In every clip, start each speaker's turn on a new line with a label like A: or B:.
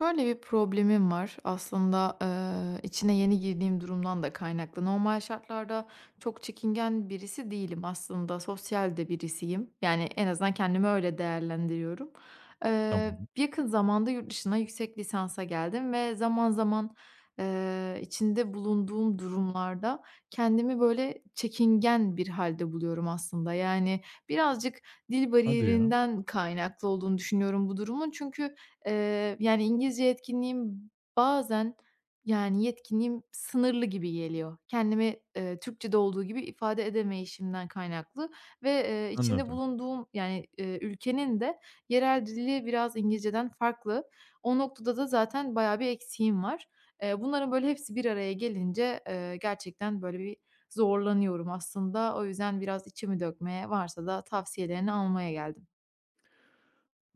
A: Böyle bir problemim var. Aslında, içine yeni girdiğim durumdan da kaynaklı. Normal şartlarda çok çekingen birisi değilim aslında. Sosyal de birisiyim. Yani, en azından kendimi öyle değerlendiriyorum.
B: Tamam.
A: Yakın zamanda yurt dışına yüksek lisansa geldim ve zaman zaman, içinde bulunduğum durumlarda kendimi böyle çekingen bir halde buluyorum aslında. Yani, birazcık dil
B: Hadi ya,
A: bariyerinden kaynaklı olduğunu düşünüyorum bu durumun. Çünkü yani, İngilizce yetkinliğim bazen, yani, yetkinliğim sınırlı gibi geliyor. Kendimi, Türkçe'de olduğu gibi ifade edemeyişimden kaynaklı ve, içinde
B: anladım.
A: bulunduğum, yani, ülkenin de yerel dili biraz İngilizceden farklı. O noktada da zaten bayağı bir eksiğim var. Bunların böyle hepsi bir araya gelince, gerçekten böyle bir zorlanıyorum aslında. O yüzden biraz içimi dökmeye, varsa da tavsiyelerini almaya geldim.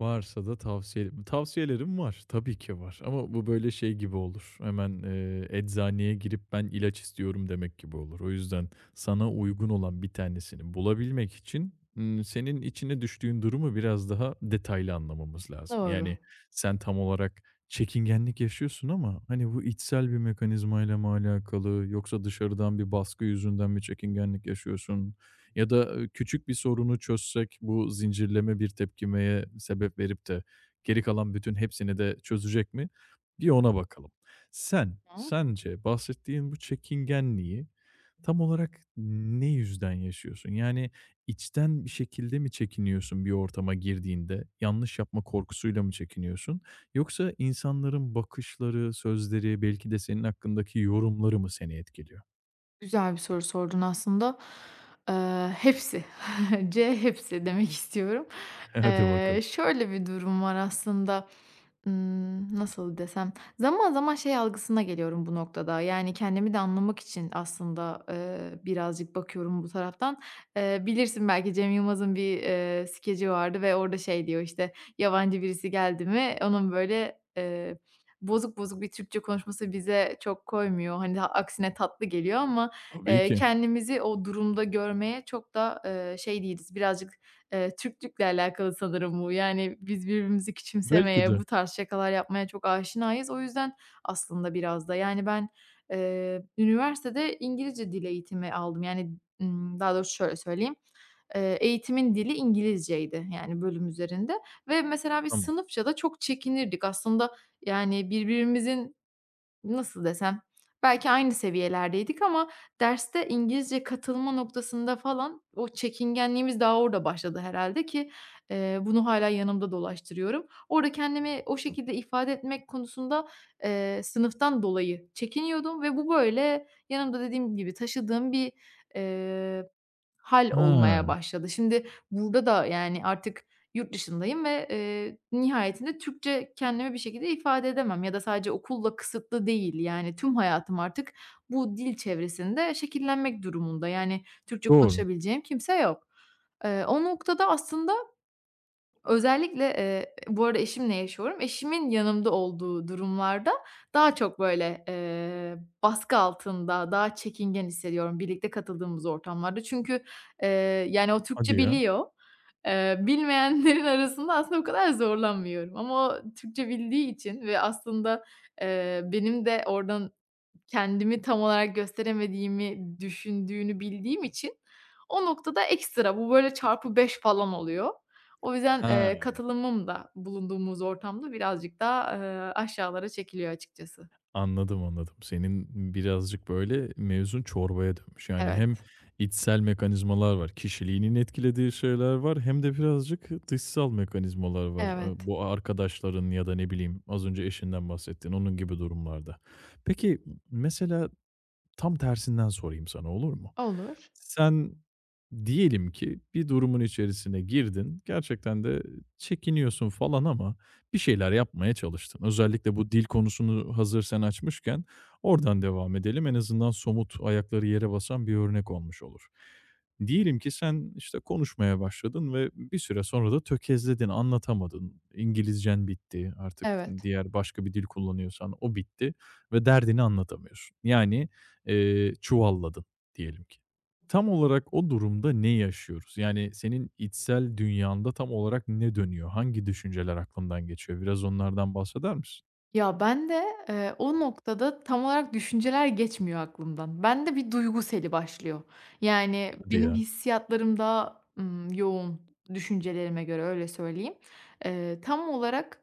B: Varsa da tavsiyelerim var, tabii ki var ama bu böyle şey gibi olur. Hemen, eczaneye girip "Ben ilaç istiyorum." demek gibi olur. O yüzden sana uygun olan bir tanesini bulabilmek için, senin içine düştüğün durumu biraz daha detaylı anlamamız lazım.
A: Doğru.
B: Yani sen tam olarak çekingenlik yaşıyorsun ama, hani, bu içsel bir mekanizmayla mı alakalı yoksa dışarıdan bir baskı yüzünden mi çekingenlik yaşıyorsun? Ya da, küçük bir sorunu çözsek bu zincirleme bir tepkimeye sebep verip de geri kalan bütün hepsini de çözecek mi? Bir ona bakalım. Sen,
A: Hı?
B: sence bahsettiğin bu çekingenliği tam olarak ne yüzden yaşıyorsun? Yani içten bir şekilde mi çekiniyorsun bir ortama girdiğinde? Yanlış yapma korkusuyla mı çekiniyorsun? Yoksa insanların bakışları, sözleri, belki de senin hakkındaki yorumları mı seni etkiliyor?
A: Güzel bir soru sordun aslında. Hepsi. C hepsi demek istiyorum.
B: Hadi bakalım.
A: Şöyle bir durum var aslında. Nasıl desem? Zaman zaman şey algısına geliyorum bu noktada. Yani, kendimi de anlamak için aslında, birazcık bakıyorum bu taraftan. Bilirsin belki Cem Yılmaz'ın bir, skeci vardı ve orada şey diyor, işte, yabancı birisi geldi mi onun böyle, bozuk bozuk bir Türkçe konuşması bize çok koymuyor. Hani, aksine tatlı geliyor ama
B: Tabii ki.
A: Kendimizi o durumda görmeye çok da, şey değiliz. Birazcık, Türklükle alakalı sanırım bu. Yani, biz birbirimizi
B: Belki
A: küçümsemeye,
B: de.
A: bu tarz şakalar yapmaya çok aşinayız. O yüzden aslında biraz da, yani, ben, üniversitede İngilizce dil eğitimi aldım. Yani, daha doğrusu şöyle söyleyeyim, eğitimin dili İngilizceydi, yani, bölüm üzerinde ve mesela biz
B: Tamam.
A: sınıfça da çok çekinirdik. Aslında, yani, birbirimizin nasıl desem, belki aynı seviyelerdeydik ama derste İngilizce katılma noktasında falan o çekingenliğimiz daha orada başladı herhalde ki, bunu hâlâ yanımda dolaştırıyorum. Orada kendimi o şekilde ifade etmek konusunda, sınıftan dolayı çekiniyordum ve bu böyle yanımda dediğim gibi taşıdığım bir, eee, hâl olmaya
B: Ha,
A: başladı. Şimdi burada da, yani, artık yurt dışındayım ve, nihayetinde Türkçe kendimi bir şekilde ifade edemem ya da sadece okulla kısıtlı değil. Yani tüm hayatım artık bu dil çevresinde şekillenmek durumunda. Yani Türkçe
B: doğru.
A: konuşabileceğim kimse yok. O noktada aslında özellikle, bu arada eşimle yaşıyorum. Eşimin yanımda olduğu durumlarda daha çok, böyle, baskı altında, daha çekingen hissediyorum birlikte katıldığımız ortamlarda. Çünkü, eee, yani, o Türkçe
B: Hadi ya.
A: biliyor. Bilmeyenlerin arasında aslında o kadar zorlanmıyorum ama o Türkçe bildiği için ve aslında, benim de oradan kendimi tam olarak gösteremediğimi düşündüğünü bildiğim için o noktada ekstra bu böyle çarpı 5 falan oluyor. O yüzden,
B: Ha,
A: katılımım da bulunduğumuz ortamda birazcık daha, aşağılara çekiliyor açıkçası.
B: anladım. Senin birazcık böyle mevzun çorbaya dönmüş. Yani hem
A: Evet,
B: içsel mekanizmalar var, kişiliğinin etkilediği şeyler var hem de birazcık dışsal mekanizmalar var.
A: evet.
B: Bu arkadaşların ya da ne bileyim az önce eşinden bahsettiğin onun gibi durumlarda. Peki mesela tam tersinden sorayım sana, olur mu?
A: Olur.
B: Sen diyelim ki bir durumun içerisine girdin, gerçekten de çekiniyorsun falan ama bir şeyler yapmaya çalıştın. Özellikle bu dil konusunu hazır sen açmışken oradan devam edelim. En azından somut, ayakları yere basan bir örnek olmuş olur. Diyelim ki sen, işte, konuşmaya başladın ve bir süre sonra da tökezledin, anlatamadın. İngilizcen bitti, artık
A: Evet.
B: diğer başka bir dil kullanıyorsan o bitti ve derdini anlatamıyorsun. Yani çuvalladın diyelim ki. Tam olarak o durumda ne yaşıyoruz? Yani senin içsel dünyanda tam olarak ne dönüyor? Hangi düşünceler aklından geçiyor? Biraz onlardan bahseder misin?
A: Ya, bende, o noktada tam olarak düşünceler geçmiyor aklımdan. Ben de bir duygu seli başlıyor. Yani,
B: Hadi
A: benim
B: ya.
A: hissiyatlarım daha, yoğun düşüncelerime göre, öyle söyleyeyim. Tam olarak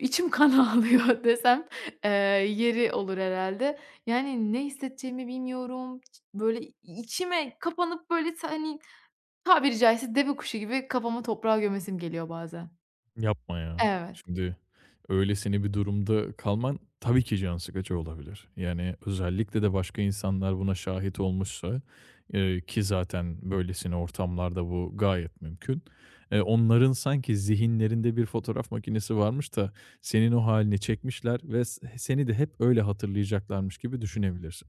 A: içim kan ağlıyor desem, eee, yeri olur herhâlde. Yani, ne hissedeceğimi bilmiyorum. Böyle içime kapanıp, böyle, hani, tabiri caizse deve kuşu gibi kafamı toprağa gömesim geliyor bazen.
B: Yapma ya.
A: Evet,
B: Şimdi öylesine bir durumda kalman tabii ki can sıkıcı olabilir. Yani özellikle de başka insanlar buna şahit olmuşsa, ki zaten böylesine ortamlarda bu gayet mümkün. Onların sanki zihinlerinde bir fotoğraf makinesi varmış da senin o halini çekmişler ve seni de hep öyle hatırlayacaklarmış gibi düşünebilirsin.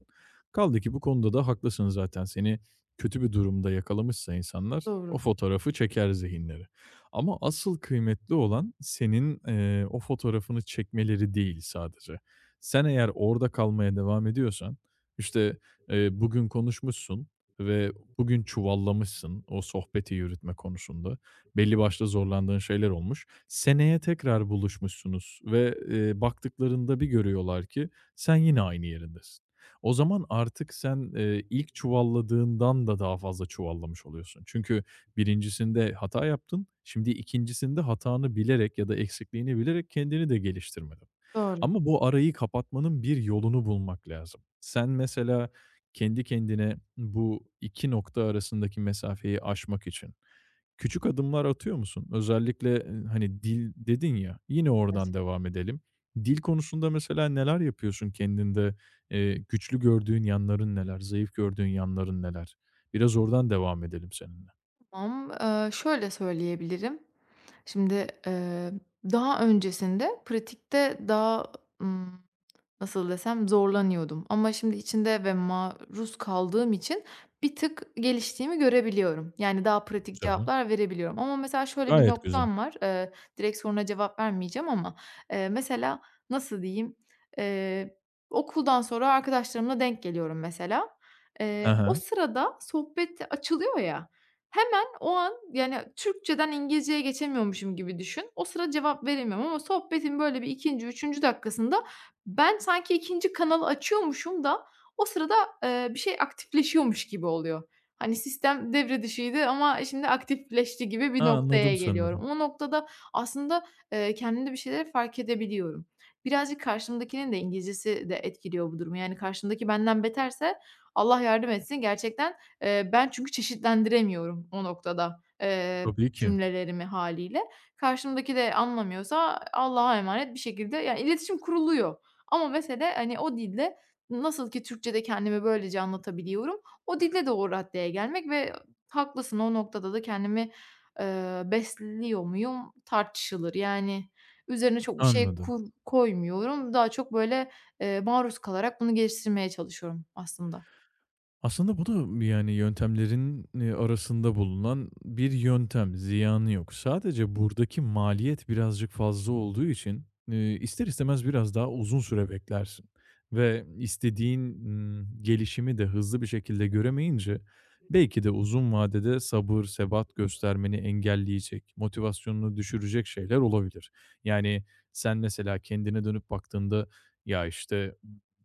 B: Kaldı ki bu konuda da haklısın zaten. Seni kötü bir durumda yakalamışsa insanlar o
A: doğru,
B: fotoğrafı çeker zihinleri. Ama asıl kıymetli olan senin, o fotoğrafını çekmeleri değil sadece. Sen eğer orada kalmaya devam ediyorsan, işte, bugün konuşmuşsun ve bugün çuvallamışsın o sohbeti yürütme konusunda. Belli başlı zorlandığın şeyler olmuş. Seneye tekrar buluşmuşsunuz ve, baktıklarında bir görüyorlar ki sen yine aynı yerindesin. O zaman artık sen, ilk çuvalladığından da daha fazla çuvallamış oluyorsun. Çünkü birincisinde hata yaptın. Şimdi ikincisinde hatanı bilerek ya da eksikliğini bilerek kendini de geliştirmedin.
A: doğru.
B: Ama bu arayı kapatmanın bir yolunu bulmak lazım. Sen mesela kendi kendine bu 2 nokta arasındaki mesafeyi aşmak için küçük adımlar atıyor musun? Özellikle, hani, dil dedin ya, yine
A: Evet.
B: oradan devam edelim. Dil konusunda mesela neler yapıyorsun kendinde? Güçlü gördüğün yanların neler? Zayıf gördüğün yanların neler? Biraz oradan devam edelim seninle.
A: Tamam, şöyle söyleyebilirim. Şimdi, daha öncesinde pratikte daha, ımm, nasıl desem, zorlanıyordum ama şimdi içinde ve maruz kaldığım için bir tık geliştiğimi görebiliyorum. Yani daha pratik
B: Güzel.
A: cevaplar verebiliyorum ama mesela şöyle bir
B: Gayet güzel.
A: noktam var. Direkt soruna cevap vermeyeceğim ama, mesela nasıl diyeyim, eee, okuldan sonra arkadaşlarımla denk geliyorum mesela.
B: He
A: O
B: he.
A: sırada sohbet açılıyor ya, o an, yani, Türkçeden İngilizceye geçemiyormuşum gibi düşün. O sıra cevap veremiyorum ama sohbetin böyle bir ikinci üçüncü dakikasında ben sanki ikinci kanalı açıyormuşum da o sırada, bir şey aktifleşiyormuş gibi oluyor. Hani, sistem devre dışıydı ama şimdi aktifleşti gibi bir
B: Ha,
A: noktaya
B: anladım
A: geliyorum.
B: sanırım.
A: O noktada aslında, kendimde bir şeyleri fark edebiliyorum. Birazcık karşımdakinin de İngilizcesi de etkiliyor bu durumu. Yani, karşımdaki benden beterse Allah yardım etsin gerçekten. Ben çünkü çeşitlendiremiyorum o noktada,
B: Tabii ki.
A: cümlelerimi hâliyle. Karşımdaki de anlamıyorsa Allah'a emanet bir şekilde yani iletişim kuruluyor ama mesele, hani, o dille nasıl ki Türkçede kendimi böylece anlatabiliyorum, o dilde de o raddeye gelmek ve haklısın, o noktada da kendimi, besliyor muyum tartışılır. Yani, üzerine çok bir şey
B: Anladım.
A: kur koymuyorum. Daha çok, böyle, maruz kalarak bunu geliştirmeye çalışıyorum aslında.
B: Aslında bu da yani yöntemlerin, arasında bulunan bir yöntem, ziyanı yok. Sadece buradaki maliyet birazcık fazla olduğu için, ister istemez biraz daha uzun süre beklersin ve istediğin, gelişimi de hızlı bir şekilde göremeyince belki de uzun vadede sabır, sebat göstermeni engelleyecek, motivasyonunu düşürecek şeyler olabilir. Yani sen mesela kendine dönüp baktığında, "Ya, işte,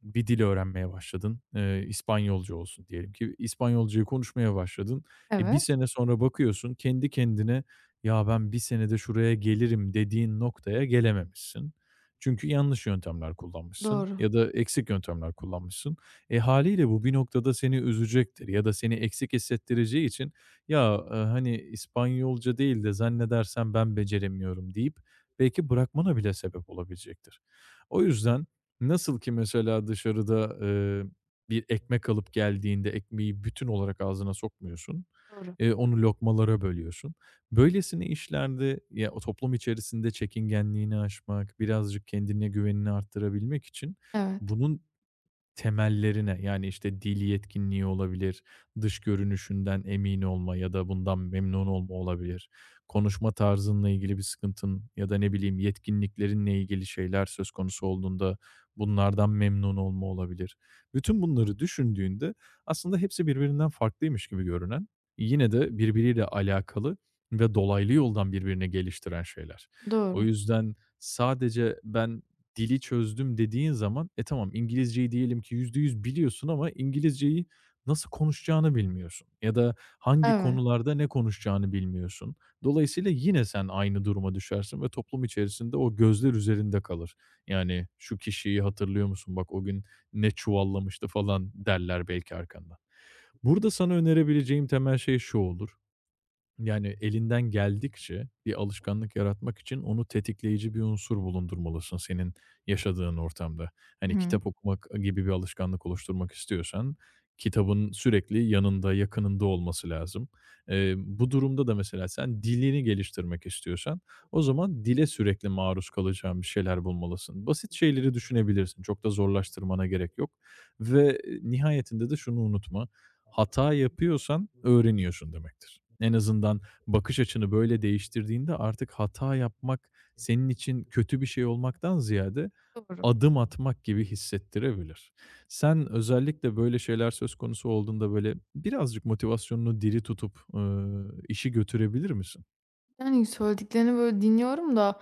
B: bir dil öğrenmeye başladın. İspanyolca olsun diyelim ki. İspanyolcayı konuşmaya başladın. E, bir
A: Evet,
B: sene sonra bakıyorsun kendi kendine ya ben bir senede şuraya gelirim dediğin noktaya gelememişsin. Çünkü yanlış yöntemler kullanmışsın
A: doğru,
B: ya da eksik yöntemler kullanmışsın. E, haliyle bu bir noktada seni üzecektir ya da seni eksik hissettireceği için ya, hani, İspanyolca değil de zannedersen ben beceremiyorum deyip belki bırakmana bile sebep olabilecektir. O yüzden, nasıl ki mesela dışarıda, bir ekmek alıp geldiğinde ekmeği bütün olarak ağzına sokmuyorsun,
A: doğru.
B: onu lokmalara bölüyorsun. Böylesine işlerde ya, o toplum içerisinde çekingenliğini aşmak, birazcık kendine güvenini arttırabilmek için
A: Evet,
B: bunun temellerine, yani, işte, dil yetkinliği olabilir, dış görünüşünden emin olma ya da bundan memnun olma olabilir. Konuşma tarzınla ilgili bir sıkıntın ya da, ne bileyim, yetkinliklerinle ilgili şeyler söz konusu olduğunda bunlardan memnun olma olabilir. Bütün bunları düşündüğünde aslında hepsi birbirinden farklıymış gibi görünen, yine de birbiriyle alakalı ve dolaylı yoldan birbirini geliştiren şeyler. O
A: doğru.
B: yüzden sadece ben dili çözdüm dediğin zaman, e, tamam İngilizceyi diyelim ki %100 biliyorsun ama İngilizceyi nasıl konuşacağını bilmiyorsun ya da hangi
A: Evet.
B: konularda ne konuşacağını bilmiyorsun. Dolayısıyla yine sen aynı duruma düşersin ve toplum içerisinde o gözler üzerinde kalır. Yani, "Şu kişiyi hatırlıyor musun? Bak o gün ne çuvallamıştı." falan derler belki arkandan. Burada sana önerebileceğim temel şey şu olur: yani, elinden geldikçe bir alışkanlık yaratmak için onu tetikleyici bir unsur bulundurmalısın senin yaşadığın ortamda.
A: Hı
B: Hani,
A: hı.
B: kitap okumak gibi bir alışkanlık oluşturmak istiyorsan kitabın sürekli yanında, yakınında olması lazım. Bu durumda da mesela sen dilini geliştirmek istiyorsan o zaman dile sürekli maruz kalacağın bir şeyler bulmalısın. Basit şeyleri düşünebilirsin. Çok da zorlaştırmana gerek yok ve, nihayetinde de şunu unutma, hata yapıyorsan öğreniyorsun demektir. En azından bakış açını böyle değiştirdiğinde artık hata yapmak senin için kötü bir şey olmaktan ziyade
A: Doğru.
B: adım atmak gibi hissettirebilir. Sen özellikle böyle şeyler söz konusu olduğunda böyle birazcık motivasyonunu diri tutup, işi götürebilir misin?
A: Yani, söylediklerini, böyle, dinliyorum da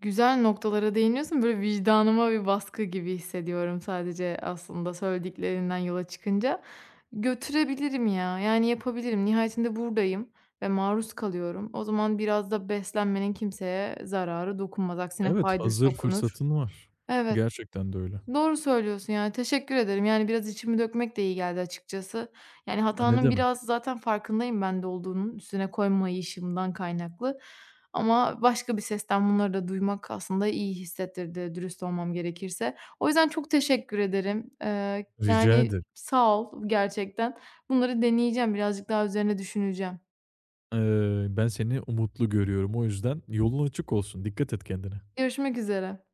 A: güzel noktalara değiniyorsun. Böyle, vicdanıma bir baskı gibi hissediyorum sadece aslında söylediklerinden yola çıkınca. Götürebilirim ya, yani, yapabilirim. Nihayetinde buradayım ve maruz kalıyorum. O zaman biraz da beslenmenin kimseye zararı dokunmaz. Aksine
B: Evet,
A: faydası
B: hazır
A: dokunur.
B: fırsatın var.
A: Evet.
B: Gerçekten de öyle.
A: Doğru söylüyorsun, yani, teşekkür ederim. Yani, biraz içimi dökmek de iyi geldi açıkçası. Yani,
B: A, ne
A: hatanın
B: demek.
A: biraz zaten farkındayım ben de olduğunun, üstüne koymayışımdan kaynaklı ama başka bir sesten bunları da duymak aslında iyi hissettirdi, dürüst olmam gerekirse. O yüzden çok teşekkür ederim.
B: Rica
A: Yani,
B: ederim.
A: sağ ol gerçekten. Bunları deneyeceğim, birazcık daha üzerine düşüneceğim.
B: Ben seni umutlu görüyorum. O yüzden yolun açık olsun. Dikkat et kendine.
A: Görüşmek üzere.